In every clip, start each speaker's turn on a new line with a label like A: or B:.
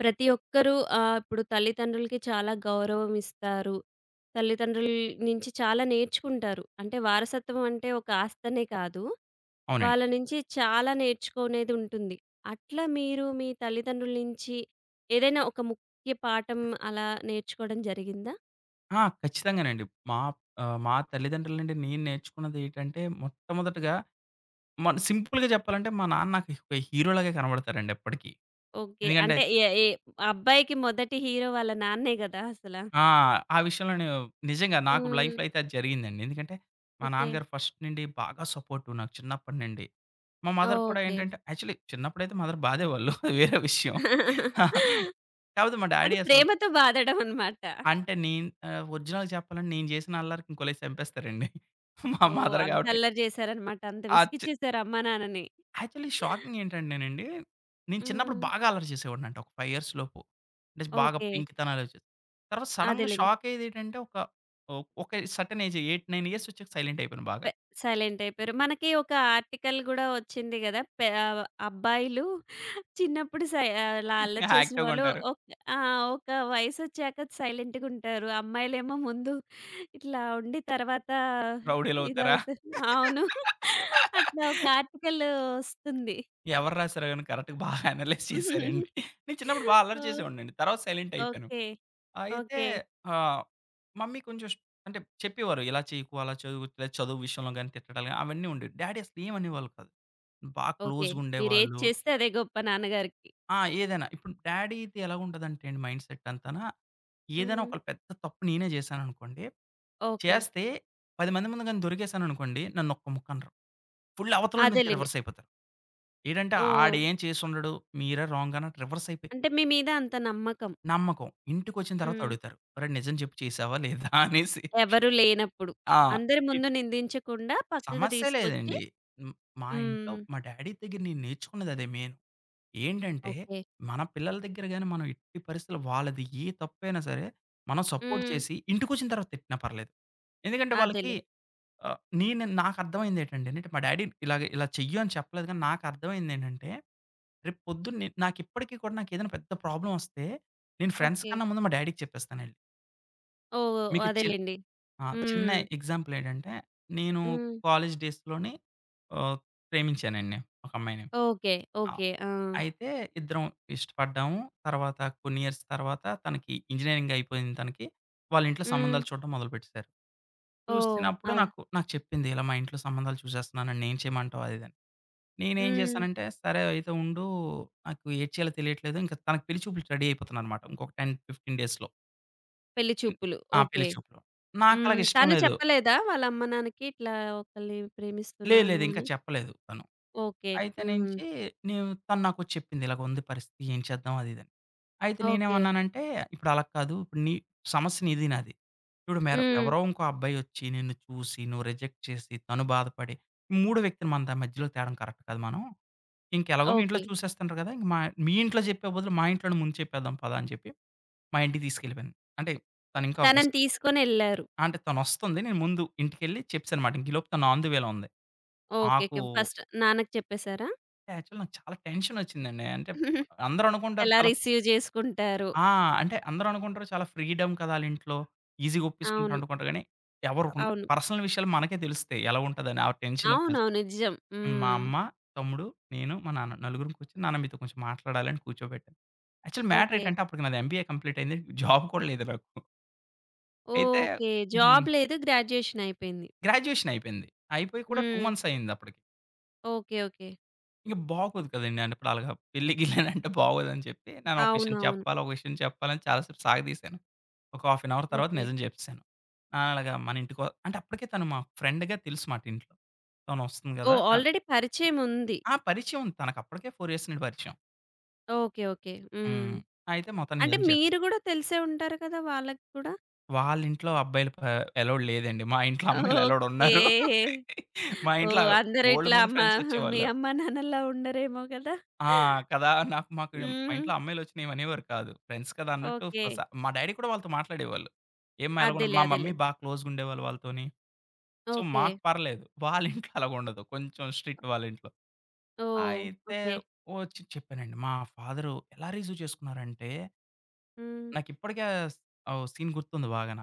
A: ప్రతి ఒక్కరూ ఇప్పుడు తల్లిదండ్రులకి చాలా గౌరవం ఇస్తారు. తల్లిదండ్రుల నుంచి చాలా నేర్చుకుంటారు. అంటే వారసత్వం అంటే ఒక ఆస్తనే కాదు.
B: అవునండి.
A: వాళ్ళ నుంచి చాలా నేర్చుకునేది ఉంటుంది. అట్లా మీరు మీ తల్లిదండ్రుల నుంచి ఏదైనా ఒక ముఖ్య పాఠం అలా నేర్చుకోవడం జరిగిందా?
B: ఆ! ఖచ్చితంగానండి. మా మా తల్లిదండ్రుల నుండి నేను నేర్చుకున్నదేటంటే, మొట్టమొదటగా మన సింపుల్‌గా చెప్పాలంటే, మా నాన్న నాకు ఒక హీరోలాగే కనబడతారండి ఎప్పటికి.
A: ఓకే.
B: ఎందుకంటే
A: అంటే ఏ ఏ అబ్బాయికి మొదటి హీరో వాళ్ళ నాన్నే గదా! అసలా.
B: ఆ! ఆ విషయంలో నేను నిజంగా నాకు
A: హ్మ్.
B: లైఫ్‌లో అయితే అది జరిగిందండి. ఎందుకంటే, మా
A: ఓకే.
B: నాన్నగారు ఫస్ట్ నుండి బాగా సపోర్టు నాకు చిన్నప్పటి నుండి. మా మదర్ కూడా
A: ఓకే.
B: ఏంటంటే యాక్చువల్లీ చిన్నప్పుడైతే మదర్ బాధేవాళ్ళు. అది వేరే విషయం. కాకపోతే మా
A: అది
B: డ్యాడీ అసలు.
A: ప్రేమతో బాధడం అన్నమాట.
B: అంటే నేను ఒరిజినల్‌గా చెప్పాలంటే నేను చేసిన అల్లరికి ఇంకోలేసి చంపేస్తారండి. మా
A: ఓహ్!
B: మదర్
A: అంత
B: కాబట్టి.
A: అల్లరి చేశారనమాట. అంత
B: ఆ! చ్
A: విసిగిచ్చేసారు అమ్మా నాన్నని.
B: యాక్చువల్లీ షాకింగ్ ఏంటంటేనండి, నేను చిన్నప్పుడు
A: హ్మ్.
B: బాగా అల్లరి చేసేవాడినంట. ఒక 5 ఇయర్స్ లోపు. అంటే బాగా
A: ఓకే.
B: పింకితనాలు వచ్చేసి. తర్వాత సడెన్‌గా
A: అదేలెండి.
B: షాక్ అయ్యేది ఏంటంటే ఒ ఒక సర్టెన్ ఏజ్ 8, 9 ఇయర్స్ వచ్చాక సైలెంట్ అయిపోయాను బాగా.
A: పె సైలెంట్ అయిపోయారు. మనకి ఒక ఆర్టికల్ గూడా వచ్చింది గదా! అబ్బాయిలు చిన్నప్పుడు అలా అల్లరి చేసిన
B: యాక్టివ్‌గా
A: వాళ్ళు
B: ఉంటారు.
A: ఒక్ ఆ! ఒక వయసొచ్చాక సైలెంట్‌గుంటారు. అమ్మాయిలేమో ముందు ఇట్లా ఉండి తర్వాత
B: రౌడీలు అవుతారా?
A: ఇదవుతారు. అవును. అట్లా ఒక ఆర్టికల్ ఒస్తుంది.
B: ఎవరు రాసారో గాని కరెక్ట్‌గా బాగా అనలైజ్ చేశారండి. నేను చిన్నప్పుడు బాగా అల్లరి
A: ఓహ్!
B: చేసేవాడినండి. తర్వాత సైలెంట్ అయిపోయాను.
A: ఓకే.
B: అయితే
A: ఓకే.
B: ఆహ్, మమ్మీ కొంచెం అంటే చెప్పేవారు. ఇలా చేయకు, అలా చేయకు లేదా చదువు విషయంలో గాని, తిట్టడాలు గాని అవన్నీ ఉండేవి. డ్యాడీ అసలు ఏమనేవాళ్ళు కాదు. బా
A: ఓకే. మీరేది
B: క్లోజ్‌గుండేవాళ్ళు.
A: చేస్తే అదే గొప్ప నాన్నగారికి.
B: ఏదైనా ఇప్పుడు డ్యాడీది ఎలాగుంటదంటే అండి మైండ్‌సెట్ అంతానా, ఏదైనా
A: హ్మ్.
B: ఒక పెద్ద తప్పు నేనే చేశాననుకోండి,
A: ఓకే.
B: చేస్తే 10 మంది ముందు గాని దొరికేసాననుకోండి, నన్నొక్క ముక్క అనరు. ఫుల్ అవతలోళ్ళ మీదకి
A: అదేలెండి.
B: రివర్స్ అయిపోతారు. ఏంటంటే
A: ఓహ్!
B: ఆడేం చేసుండడు, మీరే రాంగ్ అన్నట్టు రివర్స్ అయిపోయి
A: అంటే మీ మీద అంత నమ్మకం.
B: నమ్మకం. ఇంటికొచ్చిన తర్వాత
A: హ్మ్.
B: అడుగుతారు. "ఒరేయ్! నిజం చెప్పు చేసావా లేదా?" అనేసి.
A: ఎవరు లేనప్పుడు.
B: ఆ!
A: అందరి
B: ఇ
A: ముందు నిందించకుండా పక్కకు
B: సమస్య
A: తీసుకొచ్చి
B: లేదండి. హ్మ్. మా ఇంట్లో
A: హ్మ్.
B: మా డ్యాడీ దగ్గర నేను నేర్చుకున్నది అదే మెయిన్. ఏంటంటే,
A: ఓకే.
B: మన పిల్లల దగ్గర గాని మనం ఎట్టి పరిస్థితిలో వాళ్ళది ఏ తప్పైనా సరే, మనం సపోర్ట్
A: హ్మ్.
B: చేసి ఇంటికొచ్చిన తర్వాత తిట్టినా పర్లేదు. ఎందుకంటే వాళ్ళకి
A: అదేలే.
B: నేను నాకర్థమైందేంటంటే అండి, మా డ్యాడీ ఇలాగ ఇలా చెయ్యు అని చెప్పలేదు కానీ నాకర్థమైందేంటంటే, రేపు పొద్దున్న నాకిప్పటికి కూడా నాకేదైనా పెద్ద ప్రాబ్లమ్ ఒస్తే, నేను ఫ్రెండ్స్
A: ఓకే.
B: కన్నా ముందు మా డ్యాడీకి చెప్పేస్తానండి.
A: ఓహ్!
B: మీకు చి
A: అదేలెండి.
B: ఆ! చిన్న
A: హ్మ్.
B: ఎగ్జాంపుల్ ఏంటంటే, నేను
A: హ్మ్.
B: కాలేజ్ డేస్‌లోని ఆహ్, ప్రేమించానండి ఒక అమ్మాయిని.
A: ఓకే.
B: ఆ!
A: ఓకే. ఆ!
B: అయితే ఇద్దరం ఇష్టపడ్డాము. తర్వాత కొన్ని ఇయర్స్ తర్వాత తనకి ఇంజినీరింగ్ అయిపోయింది తనకి. వాళ్ళ ఇంట్లో
A: హ్మ్.
B: సంబంధాలు చూడడం మొదలుపెట్టేసారు.
A: ఓహ్!
B: చూసినప్పుడు
A: అద్
B: నాకు నాకు చెప్పింది, "ఇలా మా ఇంట్లో సంబంధాలు చూసేస్తున్నాను. నన్ను ఏం చేయమంటావు?" అది, ఇది అని. నేనేం
A: హ్మ్.
B: చేశానంటే, "సరే అయితే ఉండు. నాకు ఏటి చేయాలో తెలియట్లేదు." ఇంకా తనకి పెళ్లి చూపులు రెడీ అయిపోతున్నారనమాట. ఇంకొక 10, 15 డేస్‌లో.
A: పెళ్లి చూపులు.
B: ఆ!
A: ఓకే.
B: పెళ్లి చూపులు. నాకు
A: హ్మ్.
B: అలాగా ఇష్టం
A: తను
B: లేదు.
A: చెప్పలేదా వాళ్ళ అమ్మ, నాన్నకి ఇట్లా ఒకళ్ళని
B: లేదు,
A: ప్రేమిస్తున్నాను
B: లేదు, ఇంకా
A: అని?
B: చెప్పలేదు తను.
A: ఓకే.
B: అయితే
A: హ్మ్.
B: నించి నేను తను నాకొచ్చి చెప్పింది. ఇలాగుంది పరిస్థితి ఏం చేద్దాం అది ఇదని. అయితే
A: ఓకే.
B: నేనేమన్నానంటే, ఇప్పుడు అలా కాదు. ఇప్పుడు నీ సమస్య నీది, నాది. ఇప్పుడు
A: హ్మ్.
B: ఎవరో ఇంకో అబ్బాయొచ్చి నిన్ను చూసి, నువ్వు రిజెక్ట్ చేసి, తను బాధపడి, మూడో వ్యక్తిని మన మధ్యలో తేడం కరెక్ట్ కాదు మనం. ఇంకెలాగో మీ ఇంట్లో
A: ఓకే.
B: చూసేస్తుంటారు కదా! ఇంక మీ ఇంట్లో చెప్పే బదులు మా ఇంట్లోనే ముందు చెప్పేద్దాం పదా! అని చెప్పి మా ఇంటికి తీసుకెళ్ళిపోయాను. అంటే తనింకా వస్
A: తనని తీసుకొనెళ్లారు.
B: అంటే తనొస్తుంది. నేను ముందు ఇంటికెళ్ళి చెప్పేసానమాట. ఇంక ఈలోపు తను ఆన్ ది వేలో ఉంది.
A: ఓకే.
B: నాకు
A: ఓకే. ఫస్ట్ నాన్నకి చెప్పేసారా?
B: యాక్చువల్ నాకు చాలా టెన్షనొచ్చిందండి. అంటే అందరూ అనుకుంటారు
A: ఎలా
B: చాలా
A: రిసీవ్ చేసుకుంటారు?
B: ఆ! అంటే అందరూ అనుకుంటారు చాలా ఫ్రీడమ్ కదా! ఆళ్ళింట్లో. ఈజీగా ఒప్పేసుకుంటారు
A: అవును.
B: అనుకుంటారు గానీ, ఎవరు
A: అవును.
B: పర్సనల్ విషయాలు మనకే తెలుస్తాయి. ఎలా ఉంటదని ఆ టెన్షన్ ప్రెజర్.
A: అవునవును. నిజం.
B: హ్మ్. మా
A: హ్మ్.
B: అమ్మ, తమ్ముడు, నేను, మా నాన్న నలుగురం కూర్చొని నాన్న మీతో కొంచెం మాట్లాడాలని కూర్చోబెట్టాను. Actual matter
A: okay.
B: ఏంటంటే అప్పటికి నాది ఎంబీఏ కంప్లీట్ అయింది. జాబ్ కూడా లేదు నాకు. అయితే.
A: ఓకే.
B: హ్మ్.
A: జాబ్ లేదు. గ్రాడ్యుయేషన్ అయిపోయింది.
B: గ్రాడ్యుయేషన్ అయిపోయింది. అయిపోయి కూడా 2
A: హ్మ్.
B: మంత్స్ అయిందప్పటికి.
A: ఓకే. ఓకే.
B: ఇక బాగోదు కదండీ. అంటే ఇప్పుడు అలాగా పెళ్లి గిల్లని అంటే బాగోదని చెప్పి నేను ఒక విషయం
A: అవునవును.
B: చెప్పాలి, ఒక విషయం చెప్పాలని చాలా సేపు సాగదీశాను. ఒక హాఫ్ అన్ అవర్ తర్వాత
A: ఓకే.
B: నిజం చెప్పేసాను. అలాగా మన ఇంటికో అంటే అప్పటికే తను మా ఫ్రెండ్‌గా తెలుసు మాట ఇంట్లో. తను వస్తుంది గదా!
A: ఓహ్!
B: త
A: ఆల్రెడీ పరిచయం ఉంది.
B: ఆ! పరిచయం ఉంది. తనకు అప్పటికే 4 ఇయర్స్ నుండి పరిచయం.
A: ఓకే. ఓకే. హ్మ్.
B: హ్మ్. అయితే మొత్తం
A: అంటే
B: నిజం చెప్పా.
A: మీరు గూడా తెలిసే ఉంటారు కదా! వాళ్ళకి కూడా.
B: వాళ్ళ ఇంట్లో అబ్బాయిలు ప అలౌడ్ లేదండి. మా ఇంట్లో అమ్మాయిలు అలౌడ్
A: ఓకే.
B: ఉన్నారు. మా ఇంట్లో
A: ఓహ్! అందరూ
B: బోలెడు
A: ఇట్లా
B: మంది
A: అమ్మ
B: ఫ్రెండ్స్
A: మీ
B: వచ్చేవాళ్ళు.
A: అమ్మ నాన్నలా ఉండరేమో కదా!
B: ఆ! కదా! నాకు మాకు మా
A: హ్మ్.
B: ఇంట్లో అమ్మాయిలొచ్చినా ఏమనేవారు కాదు. ఫ్రెండ్స్ కదా! అన్నట్టు
A: ఓకే.
B: ప్రస మా డ్యాడీ కూడా వాళ్ళతో మాట్లాడేవాళ్ళు. ఏమ్మా ఎలాగున్నావు?
A: అదేలే.
B: మా
A: అదేలే.
B: మమ్మీ బా క్లోజ్‌గుండేవాళ్ళు వాళ్ళతోని. So,
A: okay.
B: మాకు పర్లేదు. వాళ్ళ ఇంట్లో అలాగుండదు. కొంచెం స్ట్రిక్ట్ వాళ్ళ ఇంట్లో.
A: ఓహ్!
B: అయితే
A: ఓకే.
B: వచ్చి చెప్పానండి. మా ఫాదరు ఎలా రిసీవ్ చేసుకున్నారంటే
A: హ్మ్.
B: నాకిప్పటికి ఆ స్ ఓహ్! సీన్ గుర్తుంది బాగాన.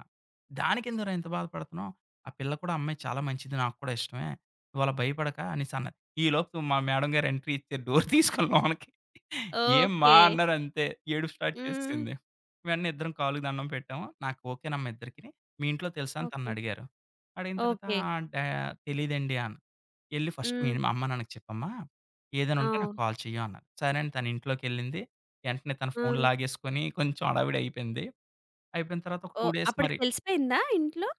B: "దానికెందుకురా ఇంత బాధపడుతున్నావు? ఆ పిల్ల కూడా అమ్మాయి చాలా మంచిది. నాకు కూడా ఇష్టమే. నువ్వు అలా భయపడక" అనేసి అన్నారు. ఈలోపు మా మేడమ్ గారు ఎంట్రీ ఇచ్చారు. డోర్ తీసుకొని లోనకి. "ఏమ్మా"
A: ఓకే.
B: అన్నారు అంతే. ఏడుపు స్టార్ట్
A: హ్మ్.
B: చేసేసింది. వెంటనే ఇద్దరం కాళ్ళకి దండం పెట్టాము. నాకు ఓకేనమ్మా ఇద్దరికిని. "మీ ఇంట్లో తెలుసా?" అని
A: ఓకే.
B: తననడిగారు. అడిగిన తర్వాత
A: ఓకే.
B: "ఆ, "డా తెలీదండి" అన్నా. ఎళ్లి ఫస్ట్ మీ
A: హ్మ్.
B: మా అమ్మ, నాన్నకి చెప్పమ్మా. ఏదైనా ఉంటే
A: ఓహ్!
B: నాకు కాల్ చెయ్యు అన్నారు. సరే అని తన ఇంట్లోకెళ్ళింది. వెంటనే తన
A: ఆ!
B: ఫోన్ లాగేసుకొని కొంచెం హడావిడి అయిపోయింది. అయిపోయిన తర్వాత ఒక
A: ఓహ్!
B: 2 డేస్
A: అప్పటికి
B: మరి
A: తెలిసిపోయిందా ఇంట్లో?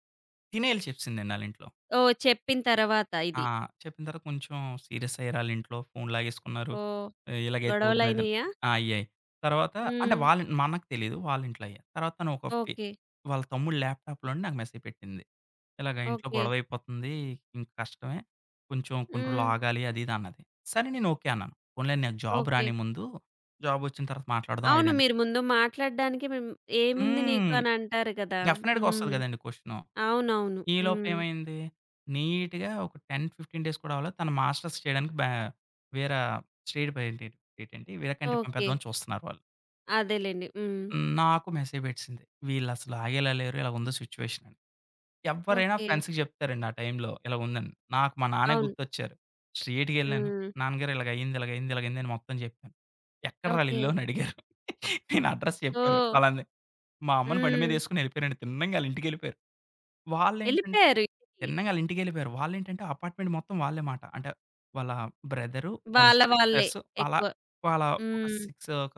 B: తినే ఎళ్లి చెప్పేసిందండి ఆళ్ళింట్లో.
A: ఓహ్! చెప్పిన తర్వాత
B: ఆ!
A: ఇది.
B: చెప్పిన తర్వాత కొంచెం సీరియస్ అయ్యారు ఆళ్ళింట్లో. ఫోన్ లాగేసుకున్నారు.
A: ఓహ్!
B: ఇలాగైతే వద్దు అదని.
A: గొడవలయినియా?
B: ఆ! అయ్యాయి. తర్వాత అంటే
A: హ్మ్.
B: వాళ్ళ మనకు తెలీదు. వాళ్ళ ఇంట్లో అయ్యాయి. తర్వాత తను ఒక ఫే
A: ఓకే.
B: వాళ్ళ తమ్ముడు ల్యాప్‌టాప్‌లోని నాకు మెసేజ్ పెట్టింది. ఇలాగ ఇంట్లో
A: ఓకే.
B: గొడవైపోతుంది. ఇంక కష్టమే. కొంచెం కొన్ని రోజులు
A: హ్మ్.
B: ఆగాలి అది ఇది అన్నది. సరే నేను ఓకే అన్నాను. పోన్లే నాకు జాబ్
A: ఓకే.
B: రాని ముందు జాబ్ వచ్చిన తర్వాత మాట్లాడదాం అది
A: అవును.
B: అని.
A: మీరు ముందు మాట్లాడడానికి మేం ఏముంది నీకు
B: హ్మ్.
A: అని అంటారు కదా!
B: డెఫినిట్‌గా వస్తది
A: హ్మ్.
B: కదండీ క్వెషను.
A: అవునవును.
B: ఈలోపు
A: హ్మ్.
B: ఏమైంది? నీట్‌గా ఒక 10, 15 డేస్ కూడా అవ్వలేదు. తను మాస్టర్స్ చేయడానికి బె వేరే స్టేట్ ఏంటి స్టేటేంటి వేరే కంట్రీ
A: ఓకే.
B: పంపేద్దామని చూస్తున్నారు వాళ్ళు.
A: అదేలెండి. హ్మ్.
B: నాకు మెసేజ్ పెట్టేసింది. వీళ్ళసలు ఆగేలా లేరు. ఇలా ఉంది సిట్యుయేషన్ అని. ఎవ్వరైనా
A: ఓకే.
B: ఫ్రెండ్స్‌కి చెప్తారండి. ఆ టైంలో ఇలా ఉందని. నాకు మా నాన్నే
A: అవును.
B: గుర్తొచ్చారు. స్ట్రెయిట్‌గా ఎళ్ళాను.
A: హ్మ్.
B: "నాన్నగారు ఇలాగయింది, ఇలాగయింది, ఇలాగయింది" అని మొత్తం చెప్పాను. "ఎక్కడరా
A: ఓకే.
B: ఆళ్ళిల్లు" అని అడిగారు. నేను అడ్రెస్ చెప్పాను.
A: ఓహ్!
B: పలాంది. మా అమ్మని బండి మీద
A: హ్మ్.
B: యేసుకొని ఎళ్ళిపోయారండి. తిన్నంగా ఆళ్ళింటికెళ్ళిపోయారు. వాళ్ళేంటంటే
A: ఎళ్ళిపోయారు ఇంటికి.
B: తిన్నంగా ఆళ్ళింటికెళ్ళిపోయారు. వాళ్ళేంటంటే అపార్ట్‌మెంట్ మొత్తం వాళ్ళే మాట. అంటే వాళ్ళ బ్రదరు, వాళ్ళ
A: వాళ్ళ వాళ్ళే
B: సిస్టర్స్ అలా
A: ఎక్కువ.
B: వాళ్ళ ఒక
A: హ్మ్.
B: 6 ఒక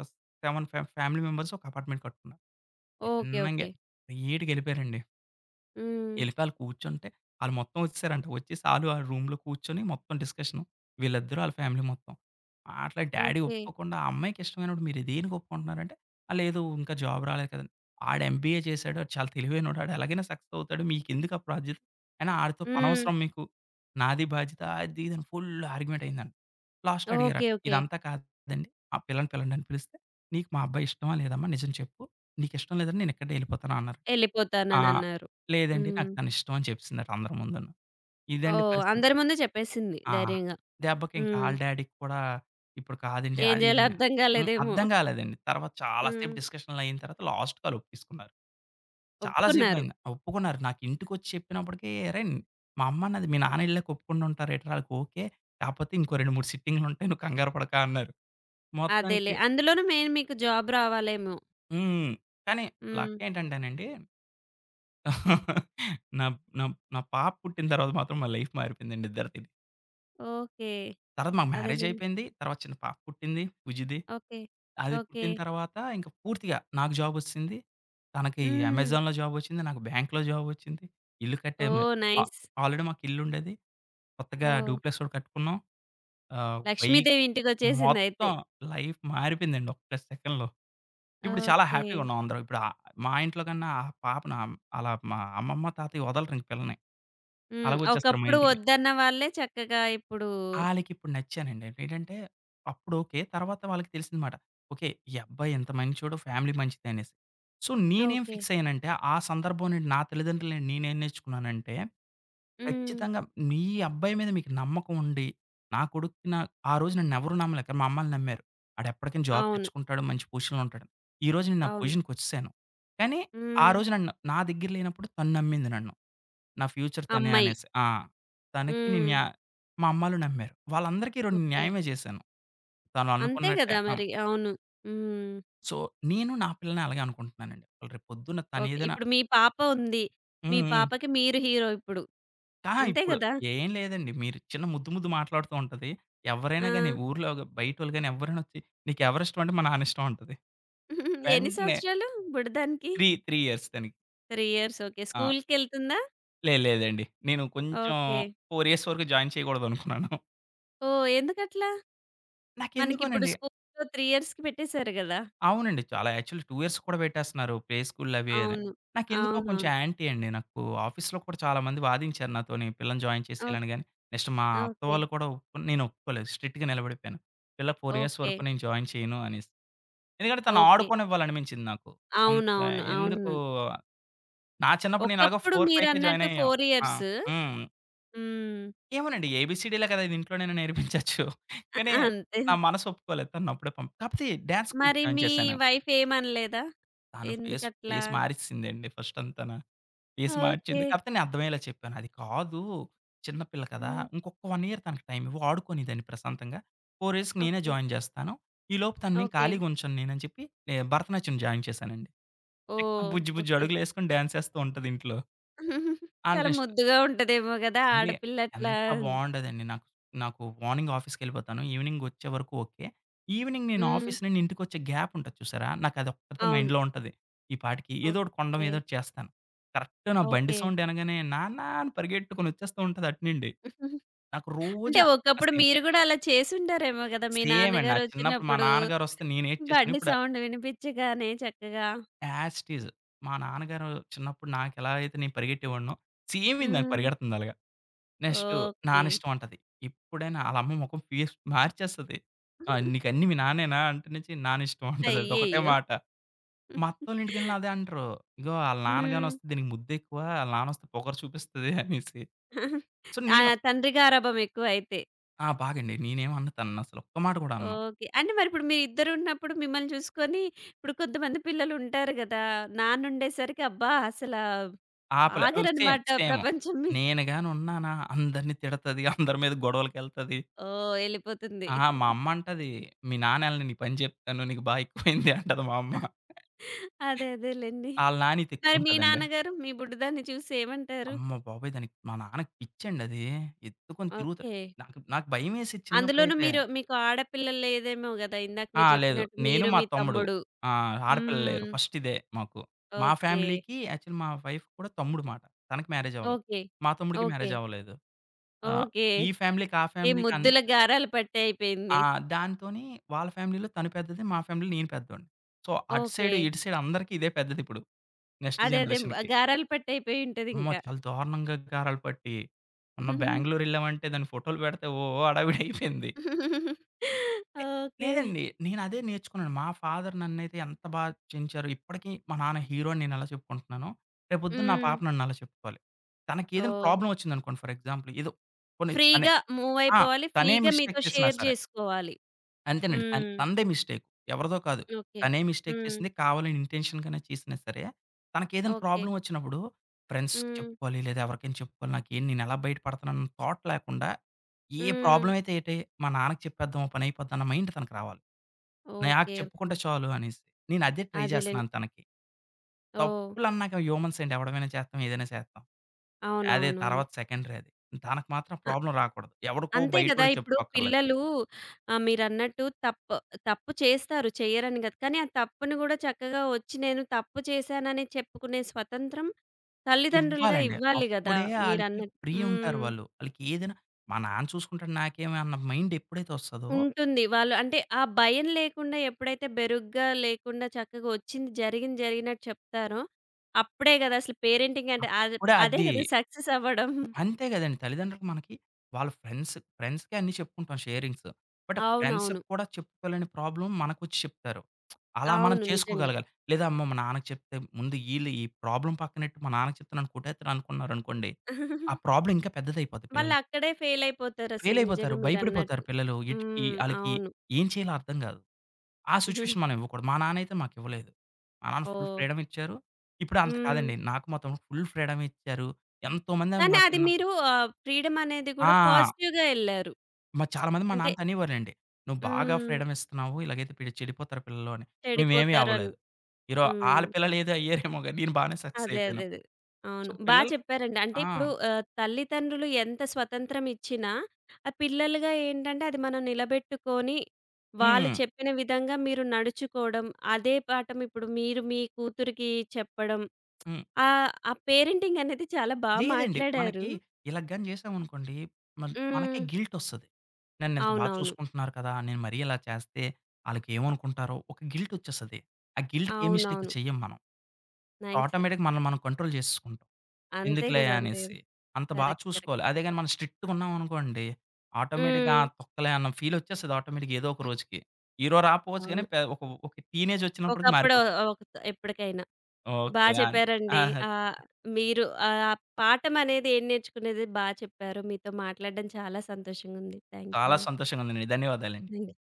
B: 7 ఫ్యామిలీ మెంబర్స్ ఒక అపార్ట్‌మెంట్ కట్టుకున్నారు.
A: ఓకే.
B: తిన్నంగా
A: ఓకే.
B: స్ట్రెయిట్‌గా ఎళ్ళిపోయారండి.
A: హ్మ్.
B: ఎళ్ళిపోయి ఆళ్ళు కూర్చుంటే, ఆళ్ళు మొత్తం వచ్చేసారంట. వచ్చేసి ఆళ్ళు ఆ రూమ్‌లో కూర్చొని మొత్తం డిస్కషను. వీళ్ళిద్దరూ ఆళ్ళ ఫ్యామిలీ మొత్తం. అట్లా డ్యాడీ
A: ఓకే.
B: ఒప్పుకోకుండా ఆ అమ్మాయికి ఇష్టమైనప్పుడు మీరు దేనికి ఒప్పుకుంటున్నారంటే, "ఆ! లేదు ఇంకా జాబ్ రాలేదు కదండీ." "ఆడు ఎంబీఏ చేసాడు. ఆడు చాలా తెలివైనోడు. ఆడు ఎలాగైనా సక్సెస్ అవుతాడు. మీకెందుకు ఆ బాధ్యత? అయినా ఆడితో
A: హ్మ్.
B: పనవసరం మీకు. నాది బాధ్యత." అది ఇది అని ఫుల్ ఆర్గ్యుమెంట్ అయిందంట. లాస్ట్‌లో
A: ఓకే.
B: అడిగారట,
A: ఓకే.
B: "ఇదంతా కాదండి. ఆ పిల్లని పిల్లండి" అని పిలిస్తే, "నీకు మా అబ్బాయి ఇష్టమా? లేదమ్మా? నిజం చెప్పు. నీకిష్టం లేదంటే నేనిక్కడే ఎళ్ళిపోతాను" అన్నారు. ఆ!
A: ఎళ్ళిపోతాననన్నారు.
B: లేదండి.
A: హ్మ్.
B: నాకు తనిష్టం అని చెప్పేసిందట అందరి ముందును. ఇదండి
A: ఓహ్!
B: పరిస్థితి.
A: అందరి ముందు చెప్పేసింది
B: ఆ!
A: ధైర్యంగా.
B: దెబ్బకి ఇంకా
A: హ్మ్.
B: ఆళ్ళ డ్యాడీకి కూడా ఇప్పుడు కాదండి
A: ఏం
B: అది
A: జేయాలో
B: ఇదిని.
A: అర్థం కాలేదేమో.
B: అర్థం కాలేదండి. తర్వాత చాలా సేపు
A: హ్మ్.
B: డిస్కషన్‌లు అయిన తర్వాత లాస్ట్‌కి ఆళ్ళు ఒప్పించుకున్నారు. చాలా సేపు
A: ఒప్పుకున్నారు.
B: అయింది. ఒప్పుకున్నారు. నాకు ఇంటికొచ్చి చెప్పినప్పటికి "అరేయ్! మా అమ్మ అన్నది మీ నాన్న ఎళ్ళాక ఒప్పుకుండా ఉంటారు ఏట్రా ఆళ్ళకి ఓకే. కాపోతే ఇంకో 2, 3 సిట్టింగులు ఉంటాయి. నువ్వు కంగారు పడక" అన్నారు.
A: అదేలే.
B: మొత్తానికి.
A: అందులోనూ మెయిన్ మీకు జాబ్ రావాలేమో.
B: హ్మ్. కానీ
A: హ్మ్.
B: లక్ ఏంటంటేనండి నా నా నా పాప పుట్టిన తర్వాత మాత్రం మా లైఫ్ మారిపోయిందండి ఇద్దరిది.
A: ఓకే.
B: తర్వాత మాకు మ్యారేజ్
A: అదేలెండి.
B: అయిపోయింది. తర్వాత చిన్న పాప పుట్టింది పూజిది.
A: ఓకే.
B: అది
A: ఓకే.
B: పుట్టిన తర్వాత ఇంక పూర్తిగా నాకు జాబొచ్చేసింది. తనకి
A: హ్మ్.
B: అమెజాన్‌లో జాబొచ్చింది. నాకు బ్యాంక్‌లో జాబొచ్చింది. ఇల్లు కట్టే మ
A: ఓహ్!
B: ఆ
A: నైస్.
B: ఆల్రెడీ మాకు ఇల్లుండేది. కొత్తగా
A: ఓహ్!
B: డూప్లెక్స్ ఒకటి కట్టుకున్నాం. ఆహ్, బైక్
A: లక్ష్మీదేవి ఇంటికొచ్చేసిందయితే.
B: మొత్తం లైఫ్ మారిపోయిందండి ఒక్క సెకన్‌లో. ఇప్పుడు చాలా
A: ఓకే.
B: హ్యాపీగా ఉన్నాం అందరం. ఇప్పుడు మా ఇంట్లో కన్నా ఆ పాపను ఆళ్ళ మా అమ్మమ్మ, తాతయ్య వదలరింక పిల్లని.
A: హ్మ్.
B: అలాగొచ్చేస్తారు మా
A: ఒకప్పుడు
B: ఇంటికి.
A: వద్దన్న వాళ్ళే చక్కగా ఇప్పుడు
B: ఆళ్ళకిప్పుడు నచ్చానండి. ఏంటంటే, అప్పుడు ఓకే. తర్వాత వాళ్ళకి తెలిసిందమాట. ఓకే. ఈ అబ్బాయి ఇంత మంచోడు, ఫ్యామిలీ మంచిదనేసి. సో, నేనేం
A: ఓకే.
B: ఫిక్స్ అయ్యానంటే, ఆ సందర్భం నుండి నా తల్లిదండ్రుల నుండి నేనేం నేర్చుకున్నానంటే,
A: హ్మ్.
B: ఖచ్చితంగా మీ అబ్బాయి మీద మీకు నమ్మకం ఉండి, నా కొడుక్కి నా ఆ రోజు నన్నెవరు నమ్మలే. కానీ మా అమ్మోళ్ళు నమ్మారు. ఆడెప్పటికైనా జాబ్
A: అవును.
B: తెచ్చుకుంటాడు. మంచి పొజిషన్‌లో ఉంటాడని. ఈరోజు నేను ఆ
A: అవును.
B: పొజిషన్‌కొచ్చేసాను. కానీ, ఆ
A: హ్మ్.
B: రోజు నన్ను నా దగ్గర లేనప్పుడు తను నమ్మింది నన్ను. నా ఫ్యూచర్ తనే
A: అమ్మాయి.
B: అనేసి. ఆ! తనకి నేను
A: హ్మ్.
B: న్యా మా అమ్మోళ్ళు నమ్మారు. వాళ్ళందరికీ
A: ఓకే.
B: న్యాయమే చేశాను. తను
A: అంతే
B: అనుకున్నట్టే.
A: గదా! మరి. అవును. హ్మ్.
B: సో, నేను నా పిల్లని అలాగే అనుకుంటున్నానండి. రేపు పొద్దున్న
A: ఓకే.
B: తనేదైనా
A: ఇప్పుడు మీ పాప ఉంది. మీ
B: హ్మ్. హ్మ్.
A: పాపకి మీరు హీరో ఇప్పుడు.
B: అహా!
A: అంతే
B: ఇప్పుడు
A: గదా!
B: ఏం లేదండి. మీరు చిన్న ముద్దు ముద్దు మాట్లాడుతూ ఉంటది.
A: ఆ!
B: ఎవరైనా గాని ఊర్లో బయటోళ్ళు గాని ఎవ్వరైనా వచ్చి "నీకెవరిష్టం?" అంటే మా నాన్న ఇష్టం అంటది.
A: ఎన్ని
B: వెంటనే
A: సంవత్సరాలు బుడదానికి?
B: 3, 3 ఇయర్స్ తనకి.
A: 3 ఇయర్స్. ఓకే.
B: ఆ!
A: స్కూలుకెళ్తుందా?
B: లేదు, లేదండి. నేను కొంచెం
A: ఓకే.
B: 4 ఇయర్స్ వరకు జాయిన్ చేయకూడదనుకున్నాను.
A: ఓహ్! ఎందుకట్లా? మనకిప్పుడు
B: నాకెందుకోనండి.
A: స్కూల్‌లో 3 ఇయర్స్‌కి పెట్టేసారు గదా!
B: అవునండి. చాలా యాక్చువల్లీ 2 ఇయర్స్ కూడా పెట్టేస్తున్నారు. ప్లే స్కూల్‌లవి అని.
A: అవును.
B: నాకెందుకో
A: అవునవును.
B: కొంచెం యాంటీ అండి. నాకు ఆఫీస్‌లో కూడా చాలామంది వాదించారు నాతోని. పిల్లని జాయిన్
A: ఓక్
B: చేసేయాలని గాని, నెక్స్ట్ మా అత్త
A: ఓకే.
B: వాళ్ళు కూడా ఒప్పుకొని నేను ఒప్పుకోలేదు. స్ట్రిక్ట్‌గా నిలబడిపోయాను. పిల్లకి 4 ఇయర్స్
A: ఓకే.
B: వరకు నేను జాయిన్ చేయను అనేసి. ఎందుకంటే తను
A: ఓకే.
B: ఆడుకోనివ్వాలనిపించింది నాకు. అంత
A: అవునవును.
B: ఎందుకు
A: అవును.
B: నా చిన్నప్పుడు నేను ఎలాగో 4,
A: ఒకప్పుడు
B: 5కే జాయిన్
A: మీరన్నట్టు
B: అయ్యాం.
A: 4
B: ఆ!
A: ఇయర్స్.
B: హ్మ్.
A: హ్మ్.
B: ఏమోనండి ఏబీసీడీలే కదా! ఇది ఇంట్లోనే నేర్పించొచ్చు.
A: అ
B: కానీ
A: అంతే.
B: నా మనసు ఒప్పుకోలేదు. తననప్పుడే పంప్ కాపోతే డాన్స్ స్కూల్
A: మరి
B: జాయిన్
A: మీ
B: చేశాను.
A: వైఫ్ ఏమనలేదా?
B: తను
A: ఎందుకట్లా?
B: ఫేస్ మారిచ్చేసిందండి ఫస్ట్ అంతాన. Face
A: okay.
B: మార్చింది. కాపోతే నేను అర్థమయ్యేలా చెప్పాను. అది కాదు చిన్న పిల్ల కదా!
A: హ్మ్.
B: ఇంకొక 1 ఇయర్ తనకి టైమ్ ఇవ్వు. ఆడుకోనిదని ప్రశాంతంగా. 4 ఇయర్స్‌కి నేనే
A: ఓకే.
B: జాయిన్ జేస్తాను. ఈలోపు తనని
A: ఓకే.
B: ఖాళీగా ఉంచను నేనని చెప్పి, నేను భరతనాట్యం జాయిన్ చేశానండి. చక్కగా
A: ఓహ్!
B: బుజ్జి బుజ్జి
A: ఓకే.
B: అడుగులేసుకొని డాన్స్ ఏస్తూ ఉంటది ఇంట్లో. ఆ!
A: చాలా
B: నెక్స్ట్
A: ముద్దుగా ఉంటదేమో గదా!
B: అండి.
A: ఆడపిల్లట్లా
B: ఎంత బావుండేదండి. నాకు నాకు మార్నింగ్ ఆఫీస్‌కెళ్ళిపోతాను. ఈవినింగ్ వచ్చే వరకు ఓకే. ఈవినింగ్ నేను
A: హ్మ్.
B: ఆఫీస్ నుండి ఇంటికొచ్చే గ్యాప్ ఉంటది చూసారా? నాకదొక్కటే
A: అవును.
B: మైండ్‌లో ఉంటది. ఈ పాటికి ఏదోకటి కొనడం,
A: ఓకే.
B: ఏదోకటి చేస్తాను. కరెక్ట్ నా బండి
A: ఓకే.
B: సౌండ్ వినగానే నాన్న అని పరిగెట్టుకొని వచ్చేస్తూ ఉంటది అటు నుండి. నాకు
A: అంటే
B: రోజు ఆ
A: ఒకప్పుడు
B: సేమ్
A: మీరు గూడా అలా చేసుంటారేమో గదా! మీ
B: సేమ్ అండి. నా చిన్నప్పుడు మా
A: నాన్నగారొచ్చినప్పుడు
B: నాన్నగారొస్తే నేను ఏడ్చేసాను.
A: బండి
B: ఇప్పుడు
A: సౌండ్ వినిపిచ్చగానే చక్కగా.
B: యాజ్ ఇట్ ఈజ్ మా నాన్నగారు చిన్నప్పుడు నాకెలా అయితే నేను పరిగెట్టేవాడినో సేమ్ ఇది నాకు
A: హ్మ్.
B: పరిగెడుతుంది అలాగ. Next
A: okay.
B: నాన్నిష్టం అంటది. ఎప్పుడైనా ఆళ్ళమ్మ మొఖం ఫేస్ మార్చేస్తది. ఆ! "నీకన్నీ మీ నాన్నేనా?" అంటే నుంచి నాన్నిష్టం అంటది. అదొకటే
A: అయ్యయ్యో!
B: మాట. మా అత్తోళ్ళింటికెళ్ళినా అదే అంటరు. "ఇగో ఆళ్ళ నాన్నగాని
A: హ్మ్.
B: వస్తే దీనికి ముద్దెక్కువ. ఆళ్ళ నాన్నొస్తే పొగరు చూపిస్తది" అనేసి. సో,
A: ఆ!
B: నేను.
A: తండ్రి గారాబం ఎక్కువైతే.
B: బాగండి. నేనేమనను తననసలు. ఒక్క మాట కూడా అనను.
A: ఓకే. అంటే మరిప్పుడు మీరిద్దరున్నప్పుడు మిమ్మల్ని చూసుకొని ఇప్పుడు కొంతమంది పిల్లలుంటారు గదా! నాన్నుండేసరికి అబ్బా! అసలా
B: ఆపలే.
A: ఆగరనమాట
B: సేమ్.
A: ప్రపంచం మీద
B: నేను గాని ఉన్నానా అందరిని తిడతది. అందరి మీద గొడవలకెళ్తది.
A: ఓహ్! ఎళ్ళిపోతుంది.
B: ఆ! మా అమ్మంటది, "మీ నాన్న ఎళ్ళని నీ పని జెప్తాను. నీకు బా ఎక్కువైంది" అంటది మా అమ్మ.
A: అదే అదేలెండి.
B: ఆళ్ళ నాన్న ఇది
A: మరి మీ
B: ఎక్కువుంటదండి.
A: నాన్నగారు మీ బుడ్డదాన్ని చూసి ఏమంటారు?
B: అమ్మ బాబోయ్! దానికి మా నాన్నకి పిచ్చండి అది. ఎత్తుకొని తిరుగుతాడు.
A: ఓకే.
B: నాకు నాకు భయమేసేది
A: అందులోనూ
B: చిన్నప్పుడైతే.
A: మీరు మీకు ఆడపిల్లలు లేదేమో గదా! ఇందాక
B: ఆ!
A: మీరు
B: లేదు.
A: చెప్పినట్టు
B: నేను,
A: మీరు,
B: మా
A: మీ
B: తమ్ముడు.
A: తమ్ముడు.
B: ఆ! ఆడపిల్ల లేరు.
A: హ్మ్.
B: ఫస్ట్ ఇదే మాకు. మా
A: ఓకే.
B: ఫ్యామిలీకి యాక్చువల్లీ మా వైఫ్‌కి కూడా తమ్ముడు మాట. తనకి మ్యారేజ్ అవ్వలేదు.
A: ఓకే.
B: మా తమ్ముడికి
A: ఓకే.
B: మ్యారేజ్ అవ్వలేదు. ఆహ్,
A: ఓకే.
B: ఈ ఫ్యామిలీకి, ఆ
A: ఈ
B: ఫ్యామిలీకి అన్
A: ముద్దుల గారాల పట్టి అయిపోయింది.
B: ఆ! దాంతోని వాళ్ళ ఫ్యామిలీలో తను పెద్దది. మా ఫ్యామిలీలో నేను పెద్దోడిని. సో, అటు
A: ఓకే.
B: సైడ్, ఇటు సైడ్ అందరికీ ఇదే పెద్దదిప్పుడు. నెక్స్ట్
A: అదే. అదే.
B: జనరేషన్‌కి.
A: గారాల పట్టి అయిపోయి
B: అమ్మో!
A: ఉంటదింకా.
B: చాలా దారుణంగా గారాలు పట్టి, మొన్న బెంగుళూరెళ్ళామంటే దాని ఫోటోలు పెడితే ఓ ఓ హడావిడయిపోయింది. ఎ
A: ఓకే.
B: లేదండి. నేనదే నేర్చుకున్నాను. మా ఫాదర్ నన్నైతే ఎంత బా పెంచారో ఇప్పటికి మా నాన్న హీరో అని నేనలా చెప్పుకుంటున్నాను. రేపొద్దున నా
A: హ్మ్.
B: పాప నన్ను అలా చెప్పుకోవాలి. తనకేదైనా
A: ఓహ్!
B: ప్రాబ్లమ్ వచ్చిందనుకోండి ఫర్ ఎగ్జాంపుల్ ఏదో కొన్ని తనే
A: ఫ్రీగా మూవ్
B: ఆ!
A: అయిపోవాలి.
B: తనే
A: ఫ్రీగా
B: మిస్టేక్
A: మీతో
B: చేసినా
A: షేర్
B: సరే
A: జేసుకోవాలి.
B: అంతేనండి.
A: హ్మ్.
B: తనదే మిస్టేక్. ఎవరిదో కాదు.
A: ఓకే.
B: తనే మిస్టేక్
A: హ్మ్.
B: చేసింది. కావాలని ఇంటెన్షన్‌గానే చేసినా సరే, తనకేదైనా
A: ఓకే.
B: ప్రాబ్లమ్ వచ్చినప్పుడు ఫ్రెండ్స్‌కి
A: హ్మ్.
B: చెప్పుకోవాలి, లేదా ఎవరికైనా చెప్పుకోవాలి, నాకేంటి నేనెలా బయట పడతానన్న థాట్ లేకుండా, ఏ
A: హ్మ్.
B: ప్రాబ్లమ్ అయితే ఏటి, మా నాన్నకి చెప్పేద్దాం పనైపోద్ది అన్న మైండ్ తనకు రావాలి. నాకు
A: ఓకే. ఓకే.
B: చెప్పుకుంటే చాలు అనేసి. నేను అదే ట్రై
A: అదేలెండి.
B: చేస్తున్నాను తనకి.
A: ఓహ్!
B: తప్పులన్నాక హ్యూమన్స్ ఏంటి ఎవడమైనా చేస్తాం, ఏదైనా చేస్తాం. అదే
A: అవునవునవును.
B: తర్వాత సెకండరీ అది. తనకు మాత్రం
A: అ
B: ప్రాబ్లమ్ రాకూడదు. ఎవడికో
A: అంతే కదా!
B: బయటోడికి
A: ఇప్పుడు
B: చెప్పుకోక్కర్లేదు.
A: పిల్లలు మీరన్నట్టు తప్పు తప్పు చేస్తారు. చెయ్యరని కాదు. కానీ ఆ తప్పుని కూడా చక్కగా వచ్చి నేను తప్పు చేశానని చెప్పుకునే స్వతంత్రం తల్లిదండ్రులుగా
B: ఇవ్వాలండి.
A: ఇవ్వాలి గదా!
B: అప్పుడే ఆళ్ళకి
A: మీరన్నట్టు.
B: ఫ్రీ ఉంటారు
A: హ్మ్.
B: వాళ్ళు. ఆళ్ళకి ఏదైనా మా నాన్న చూసుకుంటాడు నాకేమి అన్న మైండ్ ఎప్పుడైతే వస్తదో,
A: ఉంటుంది. వాళ్ళు అంటే ఆ భయం లేకుండా ఎప్పుడైతే బెరుగ్గా లేకుండా చక్కగా వచ్చింది జరిగింది జరిగినట్టు చెప్తారో అప్పుడే గదా! అసలు పేరెంటింగ్ అంటే
B: అప్పుడే
A: అదే
B: అది
A: గదా! సక్సెస్ అవ్వడం.
B: అంతే కదండీ. తల్లిదండ్రులకు మనకి వాళ్ళ ఫ్రెండ్స్‌కి అన్నీ చెప్పుకుంటాం షేరింగ్స్. బట్
A: అవునవును.
B: ఫ్రెండ్స్‌కి కూడా చెప్పుకోలేని ప్రాబ్లమ్ మనకొచ్చి చెప్తారు. అలా మనం
A: అవును. నిజంగా.
B: చేసుకోగలగాలి. లేదా అమ్మో! మా నాన్నకి చెప్తే ముందు ఈళ్ళు ఈ ప్రాబ్లమ్ పక్కనెట్టి మా నాన్నకి చెప్తే నన్ను కొట్టేత్తరు అనుకున్నారనుకోండి. ఆ ప్రాబ్లమ్ ఇంకా పెద్దదయిపోద్ది పిల్లలకి.
A: వాళ్ళక్కడే ఫెయిలయిపోతారసలు
B: ఫెయిల్
A: నిజంగా
B: అయిపోతారు.
A: మీరన్నట్టు.
B: భయపడిపోతారు పిల్లలు. ఎటికి
A: హ్మ్.
B: ఆళ్ళకి
A: అవును.
B: ఏం చేయాలో అర్థం కాదు. ఆ సిట్యుయేషన్ మనం ఇవ్వకూడదు. మా నాన్నయితే మాకివ్వలేదు. మా నాన్న ఫుల్
A: ఓహ్!
B: ఫ్రీడమ్ ఇచ్చారు. ఇప్పుడు అంత
A: హ్మ్.
B: కాదండి. నాకు మా తమ్ముడికి ఫుల్ ఫ్రీడమ్ ఇచ్చారు. ఎంతోమంది
A: కానీ
B: మా
A: అది
B: చిన్న
A: మీరు ఫ్రీడమనేది గూడా
B: ఆ!
A: పాజిటివ్‌గా ఎళ్లారు.
B: మా చాలా మంది మా
A: అంటే
B: నాన్నతో అనేవారండి. "నువ్వు బాగా
A: హ్మ్.
B: ఫ్రీడమ్ ఇస్తున్నావు. ఇలాగైతే పిడి చెడిపోతారు పిల్లలు" అని. మేమేమి
A: చెడిపోతారని.
B: అవ్వలేదు. ఈరో
A: హ్మ్.
B: ఆళ్ళ పిల్లలు ఏదో అయ్యారేమో గాని నేను బానే సక్సెస్
A: అదే. అదే.
B: అయిపోయాను.
A: అదే.
B: సో,
A: అవును. బా
B: పిల్లలు
A: చెప్పారండి. అంటే
B: ఆ!
A: ఇప్పుడు తల్లిదండ్రులు ఎంత స్వతంత్రం ఇచ్చినా, ఆ పిల్లలుగా ఏంటంటే అది మనం నిలబెట్టుకొని, వాళ్ళు
B: హ్మ్.
A: చెప్పిన విధంగా మీరు నడుచుకోవడం, అదే పాఠం ఇప్పుడు మీరు మీ కూతురికి చెప్పడం.
B: హ్మ్.
A: ఆ పేరెంటింగ్ అనేది చాలా బా
B: లేదండి.
A: మాట్లాడారు.
B: మనకి ఇలా గాని చేసామనుకోండి, మనకే
A: హ్మ్.
B: గిల్టొస్తది. నన్నింత బా
A: అవునవును.
B: చూసుకుంటున్నారు కదా! నేను మరీ ఇలా చేస్తే ఆళ్ళకేమనుకుంటారో ఒక గిల్టొచ్చేస్తది. ఆ గిల్ట్‌కి ఏ మిస్టేక్
A: అవునవును.
B: చెయ్యం మనం.
A: నైస్.
B: ఆటోమేటిక్‌గా మనల్ని మనం కంట్రోల్ జేసేసుకుంటాం.
A: అంతే
B: ఎందుకులే
A: గదా! అంతే గదా!
B: అనేసి. అంత బా
A: కరెక్ట్. కరెక్ట్.
B: చూసుకోవాలి. అదే గాని మనం స్ట్రిక్ట్‌గున్నామనుకోండి, ఆటోమేటిక్‌గా
A: హ్మ్.
B: ఆ! తొక్కలే అన్న ఫీలొచ్చేస్తది ఆటోమేటిక్‌గా ఏదో ఒక రోజుకి. ఈరోజు రాపోవచ్చు గానీ
A: అవును.
B: పె ఒక ఒక టీనేజొచ్చినప్పటికి
A: ఒకప్పుడు
B: మారిపోతాం.
A: ఒక ఎప్పటికైనా. బా
B: ఓకే. ఆ!
A: చెప్పారండి.
B: ఆహా!
A: ఆహ్, మీరు పాఠమనేది ఏం నేర్చుకునేది బా చెప్పారు. మీతో మాట్లాడడం చాలా సంతోషంగుంది. థాంక్
B: చాలా
A: యూ.
B: సంతోషంగా ఉందండి.
A: థాంక్
B: ధన్యవాదాలండి.
A: యూ. థ్యాంక్